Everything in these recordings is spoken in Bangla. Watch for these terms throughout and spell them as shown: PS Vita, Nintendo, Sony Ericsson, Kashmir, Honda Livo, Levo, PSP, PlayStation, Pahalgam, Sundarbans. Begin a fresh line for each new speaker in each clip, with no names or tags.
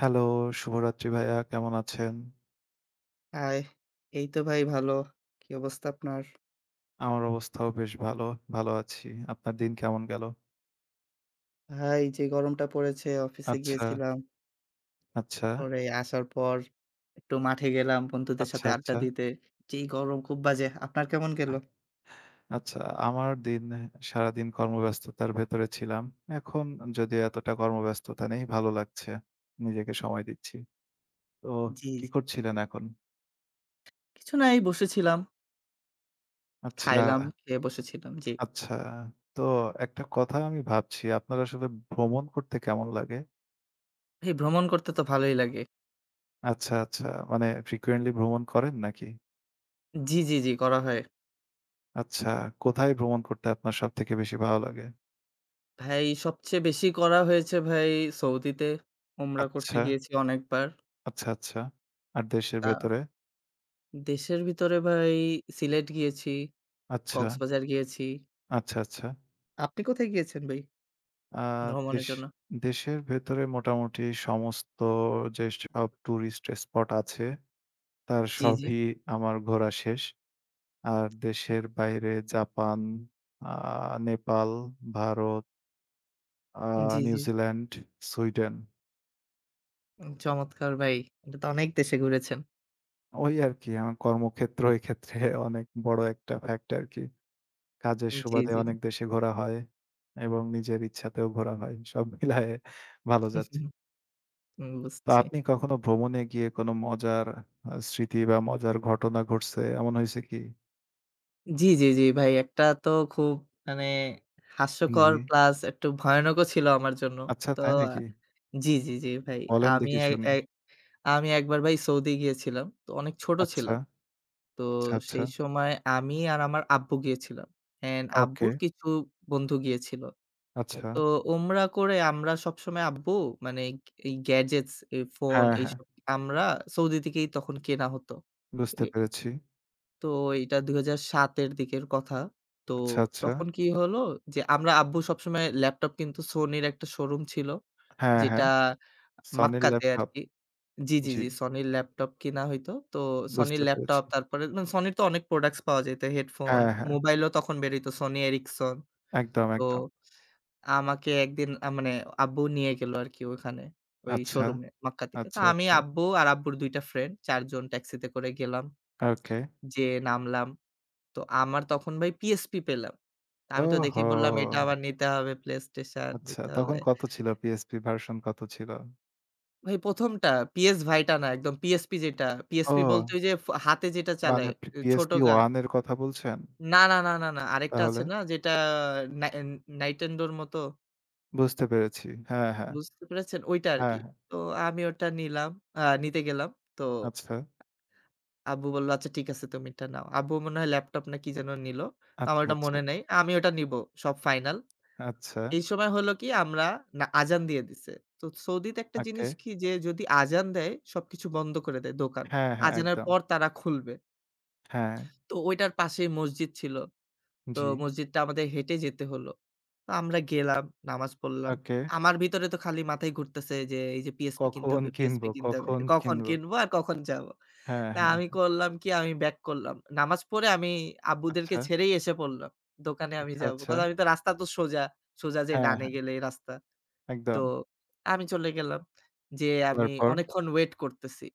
হ্যালো, শুভরাত্রি ভাইয়া কেমন আছেন?
হাই! এই তো ভাই, ভালো। কি অবস্থা আপনার?
আমার অবস্থাও বেশ ভালো, ভালো আছি। আপনার দিন কেমন গেল?
ভাই যে গরমটা পড়েছে, অফিসে
আচ্ছা,
গিয়েছিলাম।
আচ্ছা,
তারপরে আসার পর একটু মাঠে গেলাম বন্ধুদের
আচ্ছা,
সাথে আড্ডা
আচ্ছা,
দিতে। যেই গরম, খুব বাজে। আপনার কেমন গেল?
আচ্ছা। আমার দিন সারাদিন কর্মব্যস্ততার ভেতরে ছিলাম। এখন যদিও এতটা কর্মব্যস্ততা নেই, ভালো লাগছে। নিজেকে সময় দিচ্ছি। তো
জি,
কি
জি।
করছিলেন এখন?
কিছু না, এই বসেছিলাম।
আচ্ছা,
খাইলাম, খেয়ে বসেছিলাম। জি।
আচ্ছা। তো একটা কথা আমি ভাবছি, আপনার আসলে ভ্রমণ করতে কেমন লাগে?
ভাই ভ্রমণ করতে তো ভালোই লাগে।
আচ্ছা, আচ্ছা। মানে ফ্রিকুয়েন্টলি ভ্রমণ করেন নাকি?
জি, জি, জি, করা হয়।
আচ্ছা, কোথায় ভ্রমণ করতে আপনার সবথেকে বেশি ভালো লাগে?
ভাই সবচেয়ে বেশি করা হয়েছে ভাই সৌদিতে। উমরা করতে
আচ্ছা,
গিয়েছি অনেকবার।
আচ্ছা, আচ্ছা। আর দেশের
তা
ভেতরে?
দেশের ভিতরে ভাই সিলেট গিয়েছি,
আচ্ছা,
কক্সবাজার গিয়েছি।
আচ্ছা, আচ্ছা।
আপনি কোথায় গিয়েছেন ভাই
আ
ভ্রমণের
দেশ
জন্য?
দেশের ভেতরে মোটামুটি সমস্ত যেসব টুরিস্ট স্পট আছে তার
জি, জি।
সবই আমার ঘোরা শেষ। আর দেশের বাইরে জাপান, আ নেপাল, ভারত, আ
জি, জি।
New Zealand, Sweden.
চমৎকার ভাই। এটা তো অনেক দেশে ঘুরেছেন।
ওই আরকি আমার কর্মক্ষেত্র এক্ষেত্রে অনেক বড় একটা ফ্যাক্ট আরকি। কাজের
জি,
সুবাদে
জি, জি।
অনেক দেশে ঘোরা হয় এবং নিজের ইচ্ছাতেও ঘোরা হয়। সব মিলায়ে ভালো যাচ্ছে।
হুম,
তো
বুঝছি।
আপনি কখনো ভ্রমণে গিয়ে কোনো মজার স্মৃতি বা মজার ঘটনা ঘটছে এমন হইছে কি?
জি, জি, জি ভাই, একটা তো খুব মানে হাস্যকর
জি।
প্লাস একটু ভয়ানকও ছিল আমার জন্য।
আচ্ছা
তো
তাই নাকি?
জি, জি, জি ভাই।
বলেন
আমি
দেখি
এ
শুনি।
এ আমি একবার ভাই সৌদি গিয়েছিলাম। তো অনেক ছোট
আচ্ছা,
ছিলাম। তো
আচ্ছা, আচ্ছা।
সেই সময় আমি আর আমার আব্বু গিয়েছিলাম। অ্যান্ড
ওকে,
আব্বুর কিছু বন্ধু গিয়েছিল।
আচ্ছা।
তো উমরা করে আমরা সবসময় আব্বু মানে এই গ্যাজেটস, এই ফোন
হ্যাঁ, হ্যাঁ।
এইসব, আমরা সৌদি থেকেই তখন কেনা হতো। এ
বুঝতে পেরেছি।
তো এটা ২০০৭ এর দিকের কথা। তো
আচ্ছা, আচ্ছা।
তখন কি হলো যে আমরা আব্বু সবসময় ল্যাপটপ কিন্তু Sonyর একটা শোরুম ছিল।
হ্যাঁ,
যেটা
হ্যাঁ। সনির
মাক্কাতে
ল্যাপটপ।
আরকি, জি, জি,
জি,
জি Sonyর ল্যাপটপ কিনা হইতো। তো Sonyর
বুঝতে পেরেছি।
ল্যাপটপ, তারপরে Sonyর তো অনেক প্রোডাক্টস পাওয়া যাইত। হেডফোন,
হ্যাঁ, হ্যাঁ।
মোবাইলও তখন বের হইতো Sony Ericsson।
একদম,
তো
একদম।
আমাকে একদিন আ মানে আব্বু নিয়ে গেল আরকি ওখানে, ওই
আচ্ছা,
শোরুমে মক্কা থেকে। তো
আচ্ছা,
আমি,
আচ্ছা।
আব্বু আর আব্বুর ২ টা ফ্রেন্ড ৪ জন ট্যাক্সিতে করে গেলাম।
ওকে।
যেয়ে নামলাম। তো আমার তখন ভাই PSP পেলাম। আমি তো
ওহো!
দেখেই বললাম এটা আমার নিতে হবে, PlayStation
আচ্ছা,
নিতে
তখন
হবে।
কত ছিল? PSP ভার্সন কত ছিল?
ভাই ১ম টা PS Vita না, একদম PSP যেটা, PSP বলতে
ও!
ওই যে হাতে যেটা
মানে
চালায়, ছোট
PSP
গা
1 এর কথা বলছেন?
না, না, না, না, না আরেকটা আছে
তাহলে?
না যেটা, না Nintendo র মতো?
বুঝতে পেরেছি। হ্যাঁ, হ্যাঁ।
বুঝতে পেরেছেন? ওইটা
হ্যাঁ,
আরকি।
হ্যাঁ।
তো আমি ওটা নিলাম, নিতে গেলাম। তো
আচ্ছা।
আব্বু বলল, "আচ্ছা ঠিক আছে তুমি এটা নাও।" আব্বু মনে হয় ল্যাপটপ না কি যেন নিল। তো আমার
আচ্ছা,
ওটা
আচ্ছা।
মনে নেই। আমি ওটা নিবো, সব ফাইনাল।
আচ্ছা।
এই সময় হলো কি আমরা, না আজান দিয়ে দিছে। তো সৌদিতে একটা
ওকে।
জিনিস কি, যে যদি আজান দেয় সবকিছু বন্ধ করে দেয় দোকান।
হ্যাঁ, হ্যাঁ,
আজানের
একদম।
পর তারা খুলবে।
হ্যাঁ।
তো ওইটার পাশেই মসজিদ ছিল। তো
জি।
মসজিদটা আমাদের হেঁটে যেতে হলো। তো আমরা গেলাম, নামাজ পড়লাম।
ওকে।
আমার ভিতরে তো খালি মাথায় ঘুরতেছে যে এই যে PSP কিনতে
কখন
হবে, PSP
কিনবো,
কিনতে হবে।
কখন
কখন
কিনবো?
কিনবো আর কখন যাব?
হ্যাঁ,
তা
হ্যাঁ।
আমি করলাম কি, আমি ব্যাক করলাম। নামাজ পড়ে আমি
আচ্ছা,
আব্বুদেরকে ছেড়েই এসে পড়লাম। দোকানে আমি
আচ্ছা,
যাবো।
আচ্ছা।
কারণ আমি তো রাস্তা তো সোজা। সোজা যে
হ্যাঁ,
ডানে
হ্যাঁ।
গেলেই রাস্তা। তো
একদম।
আমি চলে গেলাম। যেয়ে আমি
তারপর?
অনেকক্ষণ ওয়েট করতেছি।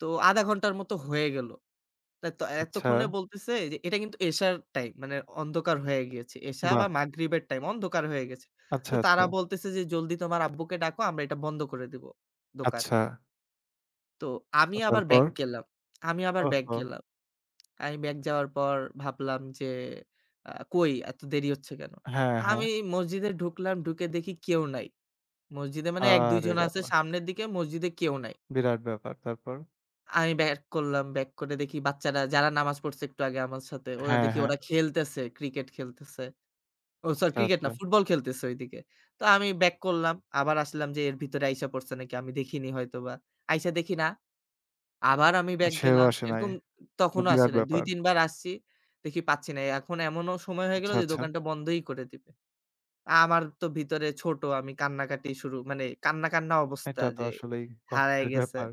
তো ০.৫ ঘন্টার মতো হয়ে গেল। তা তো
আচ্ছা।
এতক্ষণে বলতেছে যে এটা কিন্তু এশার টাইম, মানে অন্ধকার হয়ে গিয়েছে। এশা বা
বাহ!
মাগরিবের টাইম, অন্ধকার হয়ে গেছে। তো
আচ্ছা,
তারা
আচ্ছা।
বলতেছে যে, "জলদি তোমার আব্বুকে ডাকো, আমরা এটা বন্ধ করে দিব দোকান।"
আচ্ছা।
তো আমি
তো
আবার
তারপর?
ব্যাক গেলাম। আমি আবার ব্যাক
ওহহো!
গেলাম। আমি ব্যাক যাওয়ার পর ভাবলাম যে, কই এত দেরি হচ্ছে কেন?
হ্যাঁ, হ্যাঁ।
আমি মসজিদে ঢুকলাম, ঢুকে দেখি কেউ নাই। মসজিদে মানে ১-২
আরে
জন আছে
বাবা!
সামনের দিকে, মসজিদে কেউ নাই।
বিরাট ব্যাপার। তারপর?
আমি ব্যাক করলাম। ব্যাক করে দেখি বাচ্চারা যারা নামাজ পড়ছে একটু আগে আমার সাথে, ওরা
হ্যাঁ,
দেখি
হ্যাঁ।
ওরা খেলতেছে, ক্রিকেট খেলতেছে। ও সরি,
আচ্ছা,
ক্রিকেট
আচ্ছা।
না, ফুটবল খেলতেছে ওইদিকে। তো আমি ব্যাক করলাম। আবার আসলাম যে এর ভিতরে আইসা পড়ছে নাকি, আমি দেখিনি হয়তোবা। আইসা দেখি না, আবার আমি ব্যাক
সেও
গেলাম।
আসে নাই।
এরকম
তো
তখনও আসে
বিরাট
নাই।
ব্যাপার।
২-৩ বার আসছি, দেখি পাচ্ছি না। এখন এমনও সময় হয়ে গেল
আচ্ছা,
যে
আচ্ছা।
দোকানটা বন্ধই করে দিবে। আমার তো ভিতরে ছোট, আমি কান্নাকাটি শুরু, মানে কান্না, কান্না অবস্থা
এটা তো
যে
আসলেই
হারায়
কষ্টের
গেছে।
ব্যাপার।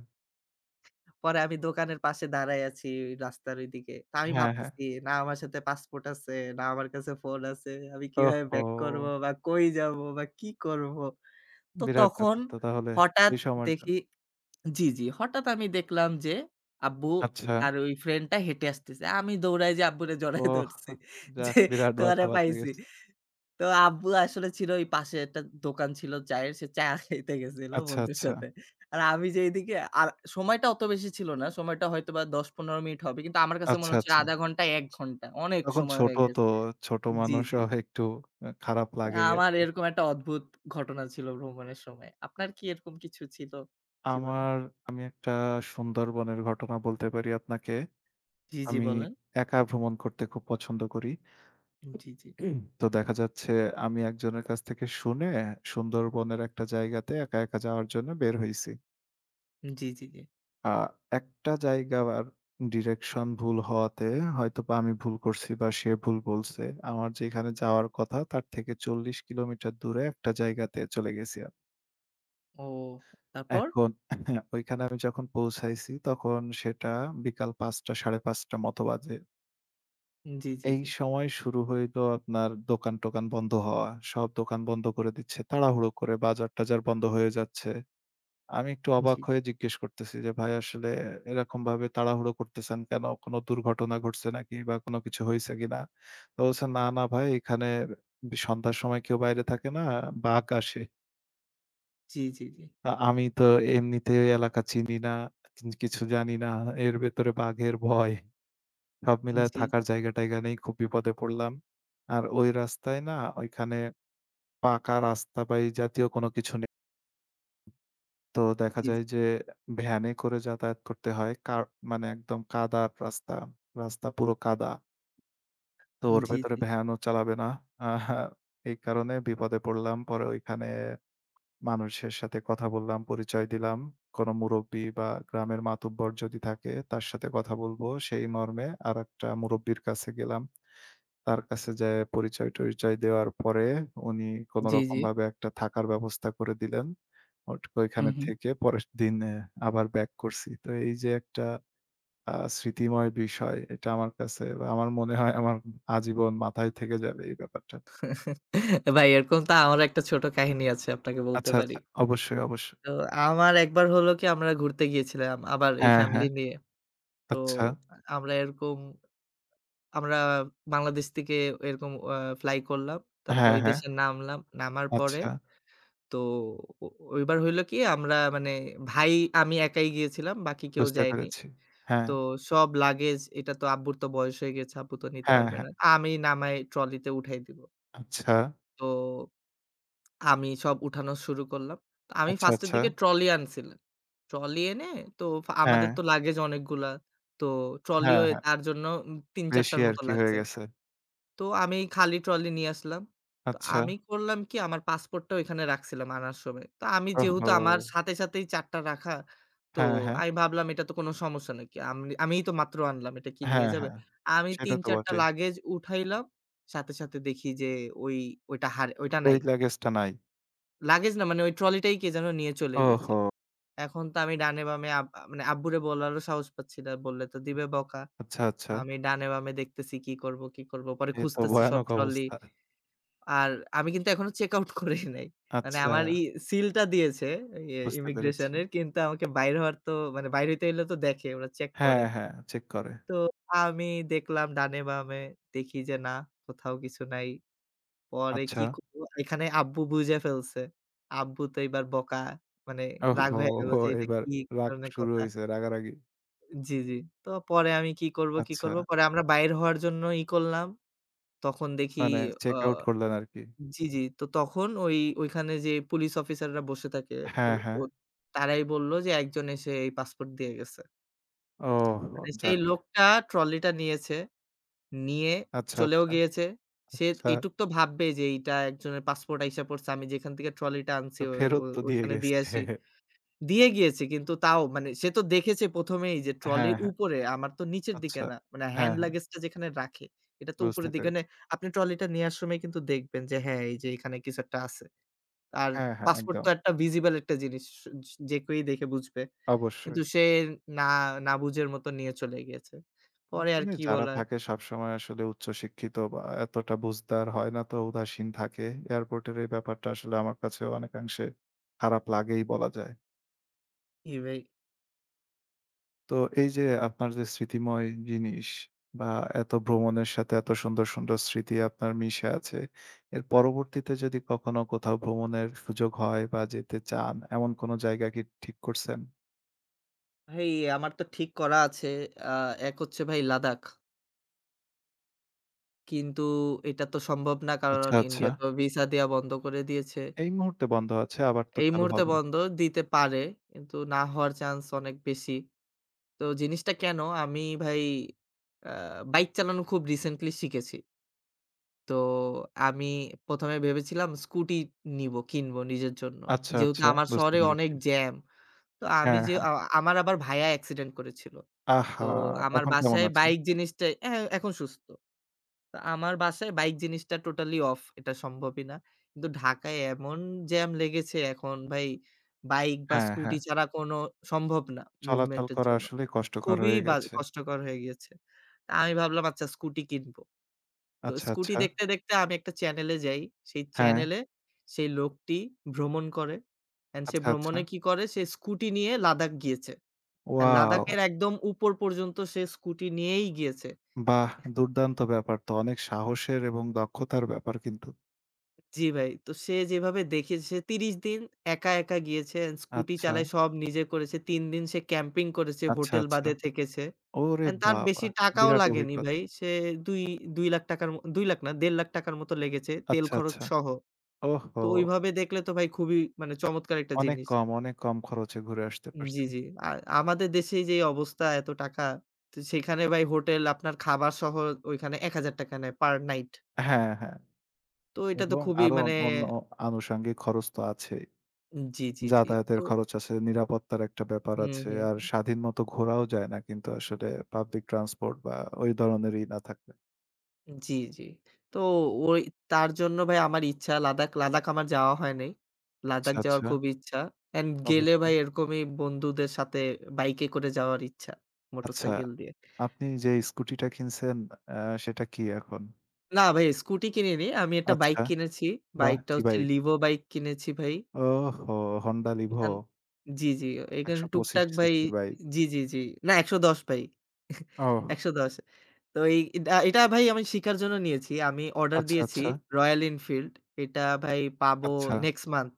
পরে আমি দোকানের পাশে দাঁড়ায় আছি রাস্তার ওইদিকে। তো আমি
হ্যাঁ, হ্যাঁ।
ভাবতেছি, না আমার সাথে পাসপোর্ট আছে, না আমার কাছে ফোন আছে। আমি কিভাবে
ওহহো!
ব্যাক করব বা কই যাব বা কি করব? তো
বিরাট
তখন
ব্যাপার তো তাহলে
হঠাৎ
এই সময়ের জন্য।
দেখি, জি, জি, হঠাৎ আমি দেখলাম যে আব্বু
আচ্ছা।
আর ওই ফ্রেন্ডটা হেঁটে আসতেছে। আমি দৌড়ায় যে আব্বুরে জড়ায়
ওহ!
ধরছি যে
যাক বিরাট বাঁচা
তোরে
বাঁচা
পাইছি।
গেছে।
তো আব্বু আসলে ছিল ওই পাশে একটা দোকান ছিল চায়ের, সে চা খাইতে গেছিল
আচ্ছা,
বন্ধুর
আচ্ছা।
সাথে। আর আমি যে এদিকে, আর সময়টা অত বেশি ছিল না। সময়টা হয়তোবা ১০-১৫ মিনিট হবে। কিন্তু আমার কাছে মনে
আচ্ছা,
হচ্ছিল
আচ্ছা।
০.৫ ঘন্টা ১ ঘন্টা। অনেক
তখন
সময়
ছোট
হয়ে
তো,
গেছে।
ছোট
জি, জি।
মানুষও একটু খারাপ
তা
লাগেই
আমার
আরকি।
এরকম একটা অদ্ভুত ঘটনা ছিল ভ্রমণের সময়। আপনার কি এরকম কিছু ছিল জীবনে?
আমার আমি একটা সুন্দরবনের ঘটনা বলতে পারি আপনাকে।
জি, জি
আমি
বলেন।
একা ভ্রমণ করতে খুব পছন্দ করি।
জি, জি।
তো দেখা যাচ্ছে আমি একজনের কাছ থেকে শুনে সুন্দরবনের একটা জায়গাতে একা, একা যাওয়ার জন্য বের হইছি।
জি, জি, জি।
আ একটা জায়গার ডিরেকশন ভুল হওয়াতে হয়তোবা আমি ভুল করছি বা সে ভুল বলছে। আমার যেখানে যাওয়ার কথা তার থেকে ৪০ কিলোমিটার দূরে একটা জায়গাতে চলে গেছি আমি।
ও, তারপর?
এখন ওইখানে আমি যখন পৌঁছাইছি তখন সেটা বিকাল ৫:০০ ৫:৩০ মতো বাজে।
জি, জি,
এই
জি।
সময় শুরু হইল আপনার দোকান-টোকান বন্ধ হওয়া। সব দোকান বন্ধ করে দিচ্ছে। তাড়াহুড়ো করে বাজার-টাজার বন্ধ হয়ে যাচ্ছে। আমি একটু অবাক
জি,
হয়ে জিজ্ঞেস করতেছি যে, "ভাই আসলে এরকমভাবে তাড়াহুড়ো করতেছেন কেন? কোনো দুর্ঘটনা ঘটছে নাকি বা কোনো কিছু হইছে কিনা?" তো বলছে, "না, না ভাই এখানে সন্ধ্যার সময় কেউ বাইরে থাকে না, বাঘ আসে।
জি, জি, জি।
আমি তো এমনিতেই এলাকা চিনি না, কিছু জানি না। এর ভেতরে বাঘের ভয়।" সব
জি,
মিলায়
জি,
থাকার জায়গা-টায়গা নেই, খুব বিপদে পড়লাম। আর ওই রাস্তায় না ওইখানে পাকা রাস্তা বা এই জাতীয় কোনো কিছু নেই। তো দেখা
জি।
যায় যে ভ্যানে করে যাতায়াত করতে হয়। কার মানে একদম কাদার রাস্তা। রাস্তা পুরো কাদা। তো ওর
জি,
ভেতরে
জি।
ভ্যানও চালাবে না। আ এই কারণে বিপদে পড়লাম। পরে ওইখানে মানুষের সাথে কথা বললাম, পরিচয় দিলাম। কোনো মুরুব্বি বা গ্রামের মাতুব্বর যদি থাকে তার সাথে কথা বলব। সেই মর্মে আরেকটা মুরুব্বির কাছে গেলাম। তার কাছে যেয়ে পরিচয়-টরিচয় দেওয়ার পরে উনি
জি, জি।
কোনরকমভাবে একটা থাকার ব্যবস্থা করে দিলেন।
হু,
ওইখানে
হু।
থেকে পরের দিন আবার ব্যাক করছি। তো এই যে একটা স্মৃতিময় বিষয় এটা আমার কাছে বা আমার মনে হয় আমার আজীবন মাথায় থেকে যাবে এই ব্যাপারটা।
ভাই এরকম তো আমার একটা ছোট কাহিনী আছে, আপনাকে বলতে
আচ্ছা,
পারি।
আচ্ছা। অবশ্যই, অবশ্যই।
তো আমার একবার হলো কি, আমরা ঘুরতে গিয়েছিলাম আবার এই
হ্যাঁ,
ফ্যামিলি
হ্যাঁ।
নিয়ে। তো
আচ্ছা।
আমরা এরকম, আমরা বাংলাদেশ থেকে এরকম ফ্লাই করলাম। তারপরে
হ্যাঁ,
ওই
হ্যাঁ।
দেশে নামলাম। নামার পরে
আচ্ছা,
তো, ও, ওইবার হইলো কি আমরা মানে ভাই আমি একাই গিয়েছিলাম, বাকি কেউ
বুঝতে
যায়নি।
পেরেছি। হ্যাঁ,
তো সব লাগেজ, এটা তো আব্বুর তো বয়স হয়ে গেছে, আব্বু তো নিতে
হ্যাঁ,
পারবে
হ্যাঁ।
না। আমি নামায় ট্রলিতে উঠাই দিব।
আচ্ছা,
তো আমি সব উঠানো শুরু করলাম। তো আমি
আচ্ছা,
1st এর
আচ্ছা।
দিকে ট্রলি আনছিলাম। ট্রলি এনে তো আমাদের
হ্যাঁ,
তো লাগেজ অনেকগুলা। তো ট্রলিও
হ্যাঁ, হ্যাঁ।
তার জন্য ৩-৪
বেশি
টার মতো
আরকি হয়ে
লাগছে।
গেছে।
তো আমি খালি ট্রলি নিয়ে আসলাম। তো
আচ্ছা।
আমি করলাম কি, আমার পাসপোর্টটা ওইখানে রাখছিলাম আনার সময়। তো আমি যেহেতু
ওহো!
আমার সাথে, সাথেই ৪ টা রাখা, তো
হ্যাঁ, হ্যাঁ।
আমি ভাবলাম এটা তো কোনো সমস্যা নাকি। আমনি আমিই তো মাত্র আনলাম। এটা কি নিয়ে
হ্যাঁ,
যাবে?
হ্যাঁ।
আমি
সেটা তো
৩-৪ টা
বটেই।
লাগেজ উঠাইলাম। সাথে, সাথে দেখি যে ওই, ওইটা ওইটা
ওই
নাই।
লাগেজটা নাই।
লাগেজ না, মানে ওই ট্রলিটাই কে যেন নিয়ে চলে গিয়েছে।
ওহো!
এখন তো আমি ডানে বামে, আব আ মানে আব্বুরে বলারও সাহস পাচ্ছি না। বললে তো দিবে বকা।
আচ্ছা, আচ্ছা।
আমি ডানে বামে দেখতেছি কি করব, কি করব। পরে
এ তো
খুঁজতেছি সব
ভয়ানক
ট্রলি।
অবস্থা।
আর আমি কিন্তু এখনো চেক আউট করি নাই। মানে
আচ্ছা,
আমার সিলটা দিয়েছে
বুঝতে
ইমিগ্রেশন
পেরেছি।
এর, কিন্তু আমাকে বাইর হওয়ার তো মানে বাইর হইতে হইলে তো দেখে ওরা চেক করে।
হ্যাঁ, হ্যাঁ, চেক করে।
তো আমি দেখলাম ডানে বামে, দেখি যে না, কোথাও কিছু নাই। পরে
আচ্ছা।
কি করলো, এখানে আব্বু বুইঝা ফেলছে। আব্বু তো এবার বকা, মানে
ওহো!
রাগ হয়ে গেল
ওহো
যে এটা
এবার
কি
রাগ
ধরনের
শুরু
কথা।
হইছে, রাগারাগি।
জি, জি। তো পরে আমি কি করব, কি
আচ্ছা,
করব? পরে আমরা বাইর হওয়ার জন্য ই করলাম। তখন দেখি,
মানে
আ
চেক আউট করলেন আরকি।
জি, জি। তো তখন ওই ওইখানে যে পুলিশ অফিসাররা বসে থাকে, ও
হ্যাঁ, হ্যাঁ।
ও তারাই বলল যে একজন এসে এই পাসপোর্ট দিয়ে গেছে।
ওহো!
মানে সেই
যাক।
লোকটা ট্রলিটা নিয়েছে, নিয়ে
আচ্ছা,
চলেও
আচ্ছা।
গিয়েছে। সে
আচ্ছা,
এইটুক তো ভাববে যে এইটা একজনের পাসপোর্ট আইসা পড়ছে। আমি যেখান থেকে ট্রলিটা আনছি
তো
ও ও
ফেরত তো দিয়ে
ওইখানে
গেছে।
দিয়ে আসি। দিয়ে গিয়েছে কিন্তু তাও মানে সে তো দেখেছে ১ম, এই যে
হ্যাঁ,
ট্রলির
হ্যাঁ।
উপরে, আমার তো নিচের দিকে
আচ্ছা।
না। মানে হ্যান্ড
হ্যাঁ, হ্যাঁ।
লাগেজটা যেখানে রাখে, এটা তো
বুঝতে
উপরের দিকে। মানে
পেরেছি।
আপনি ট্রলিটা নেয়ার সময় কিন্তু দেখবেন যে হ্যাঁ, এই যে এখানে কিছু একটা আছে। আর
হ্যাঁ, হ্যাঁ।
পাসপোর্ট
একদম।
তো একটা ভিজিবল একটা জিনিস। যে কেউই দেখে বুঝবে।
অবশ্যই।
কিন্তু সে না, না বুঝের মতো নিয়ে চলে গিয়েছে। পরে আর
ওইখানে
কি
যারা
বলার?
থাকে সবসময় আসলে উচ্চশিক্ষিত বা এতটা বুঝদার হয় না তো উদাসীন থাকে। এয়ারপোর্টের এই ব্যাপারটা আসলে আমার কাছেও অনেকাংশে খারাপ লাগেই বলা যায়।
কি ভাই।
তো এই যে আপনার যে স্মৃতিময় জিনিস বা এত ভ্রমণের সাথে এত সুন্দর, সুন্দর স্মৃতি আপনার মিশে আছে। এর পরবর্তীতে যদি কখনো কোথাও ভ্রমণের সুযোগ হয় বা যেতে চান, এমন কোনো জায়গা কি ঠিক করছেন?
ভাই আমার তো ঠিক করা আছে। আ এক হচ্ছে ভাই লাদাখ। কিন্তু এটা তো সম্ভব না, কারণ
আচ্ছা, আচ্ছা।
ইন্ডিয়া তো ভিসা দেয়া বন্ধ করে দিয়েছে।
এই মুহূর্তে বন্ধ আছে, আবার তো
এই
চালু
মুহূর্তে
হবে।
বন্ধ, দিতে পারে কিন্তু না হওয়ার চান্স অনেক বেশি। তো জিনিসটা কেন আমি ভাই, আ বাইক চালানো খুব রিসেন্টলি শিখেছি। তো আমি ১ম এ ভেবেছিলাম স্কুটি নিবো, কিনবো নিজের জন্য।
আচ্ছা,
যেহেতু
আচ্ছা।
আমার
বুঝতে
শহরে অনেক
পেরেছি।
জ্যাম। তো আমি
হ্যাঁ,
যে
হ্যাঁ।
আমার আবার ভাইয়া অ্যাক্সিডেন্ট করেছিল। তো
আহা!
আমার
এখন কেমন
বাসায়
আছেন?
বাইক জিনিসটা এখন সুস্থ। তো আমার বাসায় বাইক জিনিসটা টোটালি অফ। এটা সম্ভবই না। কিন্তু ঢাকায় এমন জ্যাম লেগেছে এখন ভাই, বাইক বা
হ্যাঁ,
স্কুটি
হ্যাঁ।
ছাড়া কোনো সম্ভব না
চলাচল
মুভমেন্ট এর
করা
জন্য।
আসলেই কষ্টকর
খুবই
হয়ে
বা
গেছে।
কষ্টকর হয়ে গিয়েছে। তা আমি ভাবলাম আচ্ছা স্কুটি কিনব। তো
আচ্ছা,
স্কুটি
আচ্ছা।
দেখতে, দেখতে আমি একটা চ্যানেলে যাই। সেই
হ্যাঁ।
চ্যানেলে সেই লোকটি ভ্রমণ করে, অ্যান্ড সে
আচ্ছা, আচ্ছা।
ভ্রমণে কি করে, সে স্কুটি নিয়ে লাদাখ গিয়েছে। হ্যাঁ,
ওয়াও!
লাদাখের একদম উপর পর্যন্ত সে স্কুটি নিয়েই গিয়েছে।
বাহ! দুর্দান্ত ব্যাপার তো। অনেক সাহসের এবং দক্ষতার ব্যাপার কিন্তু।
জি ভাই। তো সে যেভাবে দেখিয়েছে, সে ৩০ দিন একা, একা গিয়েছে। and স্কুটি
আচ্ছা,
চালায় সব নিজে করেছে। ৩ দিন সে ক্যাম্পিং করেছে,
আচ্ছা,
হোটেল
আচ্ছা।
বাদে থেকেছে।
ওরে
অ্যান্ড তার
বাবা!
বেশি টাকাও
বিরাট
লাগেনি
অভিজ্ঞতা।
ভাই। সে দুই ৳২,০০,০০০ র ম ৳২,০০,০০০ না ৳১,৫,০০,০০০ র মতো লেগেছে তেল
আচ্ছা,
খরচ
আচ্ছা।
সহ।
ওহহো!
তো ওইভাবে দেখলে তো ভাই খুবই মানে চমৎকার একটা
অনেক
জিনিস।
কম, অনেক কম খরচে ঘুরে আসতে
জি,
পারছেন।
জি। আর আমাদের দেশেই যেই অবস্থা এত টাকা, তো সেখানে ভাই হোটেল আপনার খাবার সহ ওইখানে ৳১,০০০ নেয় পার নাইট।
হ্যাঁ, হ্যাঁ।
তো এটা তো
এবং
খুবই
আরো
মানে,
অন্য আনুষঙ্গিক খরচ তো আছেই।
জি, জি, জি।
যাতায়াতের
তো
খরচ আছে, নিরাপত্তার একটা ব্যাপার
হুম,
আছে।
হুম,
আর
হুম।
স্বাধীন মতো ঘোরাও যায় না কিন্তু আসলে পাবলিক ট্রান্সপোর্ট বা ওই ধরনেরই না থাকলে।
জি, জি। তো ওই, তার জন্য ভাই আমার ইচ্ছা লাদাখ, লাদাখ আমার যাওয়া হয় নাই।
আচ্ছা,
লাদাখ যাওয়ার
আচ্ছা।
খুব ইচ্ছা। অ্যান্ড গেলে ভাই
অবশ্যই।
এরকমই বন্ধুদের সাথে বাইকে করে যাওয়ার ইচ্ছা,
আচ্ছা।
মোটরসাইকেল দিয়ে।
আপনি যে স্কুটিটা কিনছেন আ সেটা কি এখন?
না ভাই স্কুটি কিনিনি। আমি একটা বাইক
আচ্ছা,
কিনেছি।
বাহ!
বাইকটা
কি
হচ্ছে
বাইক?
Levo বাইক কিনেছি ভাই।
ওহো! Honda Livo
এখান জি, জি। এখানে
১২৫
টুকটাক ভাই,
সিসির বাইক।
জি, জি, জি। না ১১০ ভাই।
ওহ!
১১০। তো এই এটা এটা ভাই আমি শিখার জন্য নিয়েছি। আমি অর্ডার
আচ্ছা,
দিয়েছি
আচ্ছা,
রয়্যাল এনফিল্ড। এটা ভাই পাবো
আচ্ছা।
Next month.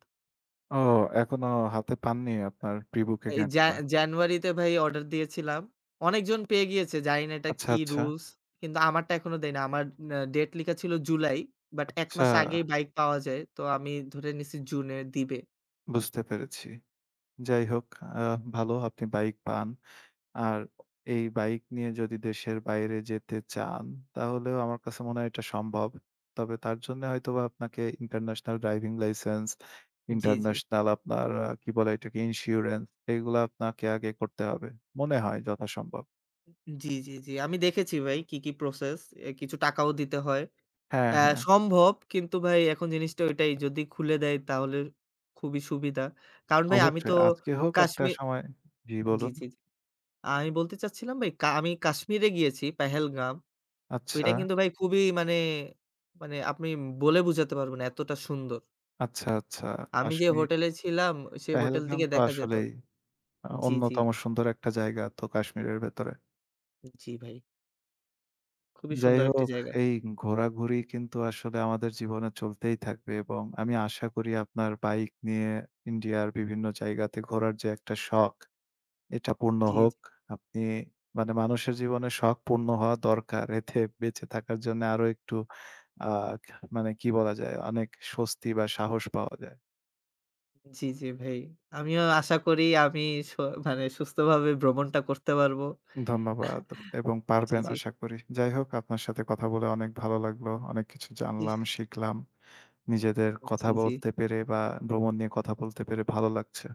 ও এখনো হাতে পাননি আপনার প্রি-বুকিং
এই জা
এরটা।
জানুয়ারিতে ভাই অর্ডার দিয়েছিলাম। অনেকজন পেয়ে গিয়েছে। জানি না এটা
আচ্ছা,
কি
আচ্ছা,
রুলস। কিন্তু আমারটা এখনো দেয়নি। আমার ডেট লিখা ছিল জুলাই। বাট ১
আচ্ছা,
মাস আগেই বাইক পাওয়া যায়। তো আমি ধরে নিছি জুনে দিবে।
বুঝতে পেরেছি। যাই হোক আ ভালো আপনি বাইক পান। আর এই বাইক নিয়ে যদি দেশের বাইরে যেতে চান, তাহলেও আমার কাছে মনে হয় এটা সম্ভব। তবে তার জন্যে হয়তোবা আপনাকে ইন্টারন্যাশনাল ড্রাইভিং লাইসেন্স,
জি, জি।
ইন্টারন্যাশনাল আপনার কি বলে এটাকে? ইন্স্যুরেন্স এগুলা আপনাকে আগে করতে হবে। মনে হয় যথাসম্ভব।
জি, জি, জি। আমি দেখেছি ভাই কি, কি প্রসেস। এ কিছু টাকাও দিতে হয়।
হ্যাঁ,
অ্যা
হ্যাঁ,
সম্ভব কিন্তু ভাই এখন জিনিসটা ওইটাই যদি খুলে দেয় তাহলে খুবই সুবিধা। কারণ ভাই আমি তো
অবশ্যই। আজকে হোক একটা
কাশ্মীর,
সময় জি,
জি,
বলুন।
জি, জি। আমি বলতে চাচ্ছিলাম ভাই, আমি কাশ্মীরে গিয়েছি পেহেলগাম।
আচ্ছা,
ওইটা কিন্তু ভাই খুবই মানে, মানে আপনি বলে বুঝাতে পারবেন না এতটা সুন্দর।
আচ্ছা, আচ্ছা।
আমি যে
কাশ্মীর,
হোটেলে ছিলাম, সেই হোটেল
পেহেলগাম
থেকে
তো
দেখা যেত,
আসলেই
জি, জি,
অন্যতম সুন্দর একটা জায়গা তো কাশ্মীরের ভেতরে।
জি ভাই। খুবই
যাই
সুন্দর একটি
হোক,
জায়গা।
এই ঘোরাঘুরি কিন্তু আসলে আমাদের জীবনে চলতেই থাকবে এবং আমি আশা করি আপনার বাইক নিয়ে ইন্ডিয়ার বিভিন্ন জায়গাতে ঘোরার যে একটা শখ, এটা পূর্ণ
জি, জি,
হোক। আপনি মানে মানুষের জীবনে শখ পূর্ণ হওয়া দরকার। এতে বেঁচে থাকার জন্য আরো একটু আ মানে কি বলা যায়? অনেক স্বস্তি বা সাহস পাওয়া যায়।
জি, জি ভাই। আমিও আশা করি আমি স মানে সুস্থভাবে ভ্রমণটা করতে পারবো।
ধন্যবাদ এবং পারবেন
জি,
আশা করি। যাই হোক, আপনার সাথে কথা বলে অনেক ভালো লাগলো। অনেক কিছু
জি।
জানলাম, শিখলাম। নিজেদের
জি,
কথা
জি।
বলতে পেরে বা ভ্রমণ নিয়ে কথা বলতে পেরে ভালো লাগছে।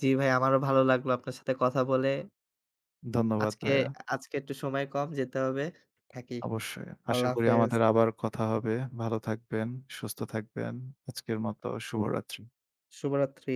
জি, ভাই আমারও ভালো লাগলো আপনার সাথে কথা বলে।
ধন্যবাদ
আজকে,
ভাইয়া।
আজকে একটু সময় কম, যেতে হবে। থাকি।
অবশ্যই। আশা
আল্লাহ
করি
হাফেজ।
আমাদের আবার কথা হবে। ভালো থাকবেন, সুস্থ থাকবেন। আজকের মতো শুভরাত্রি।
শুভরাত্রি।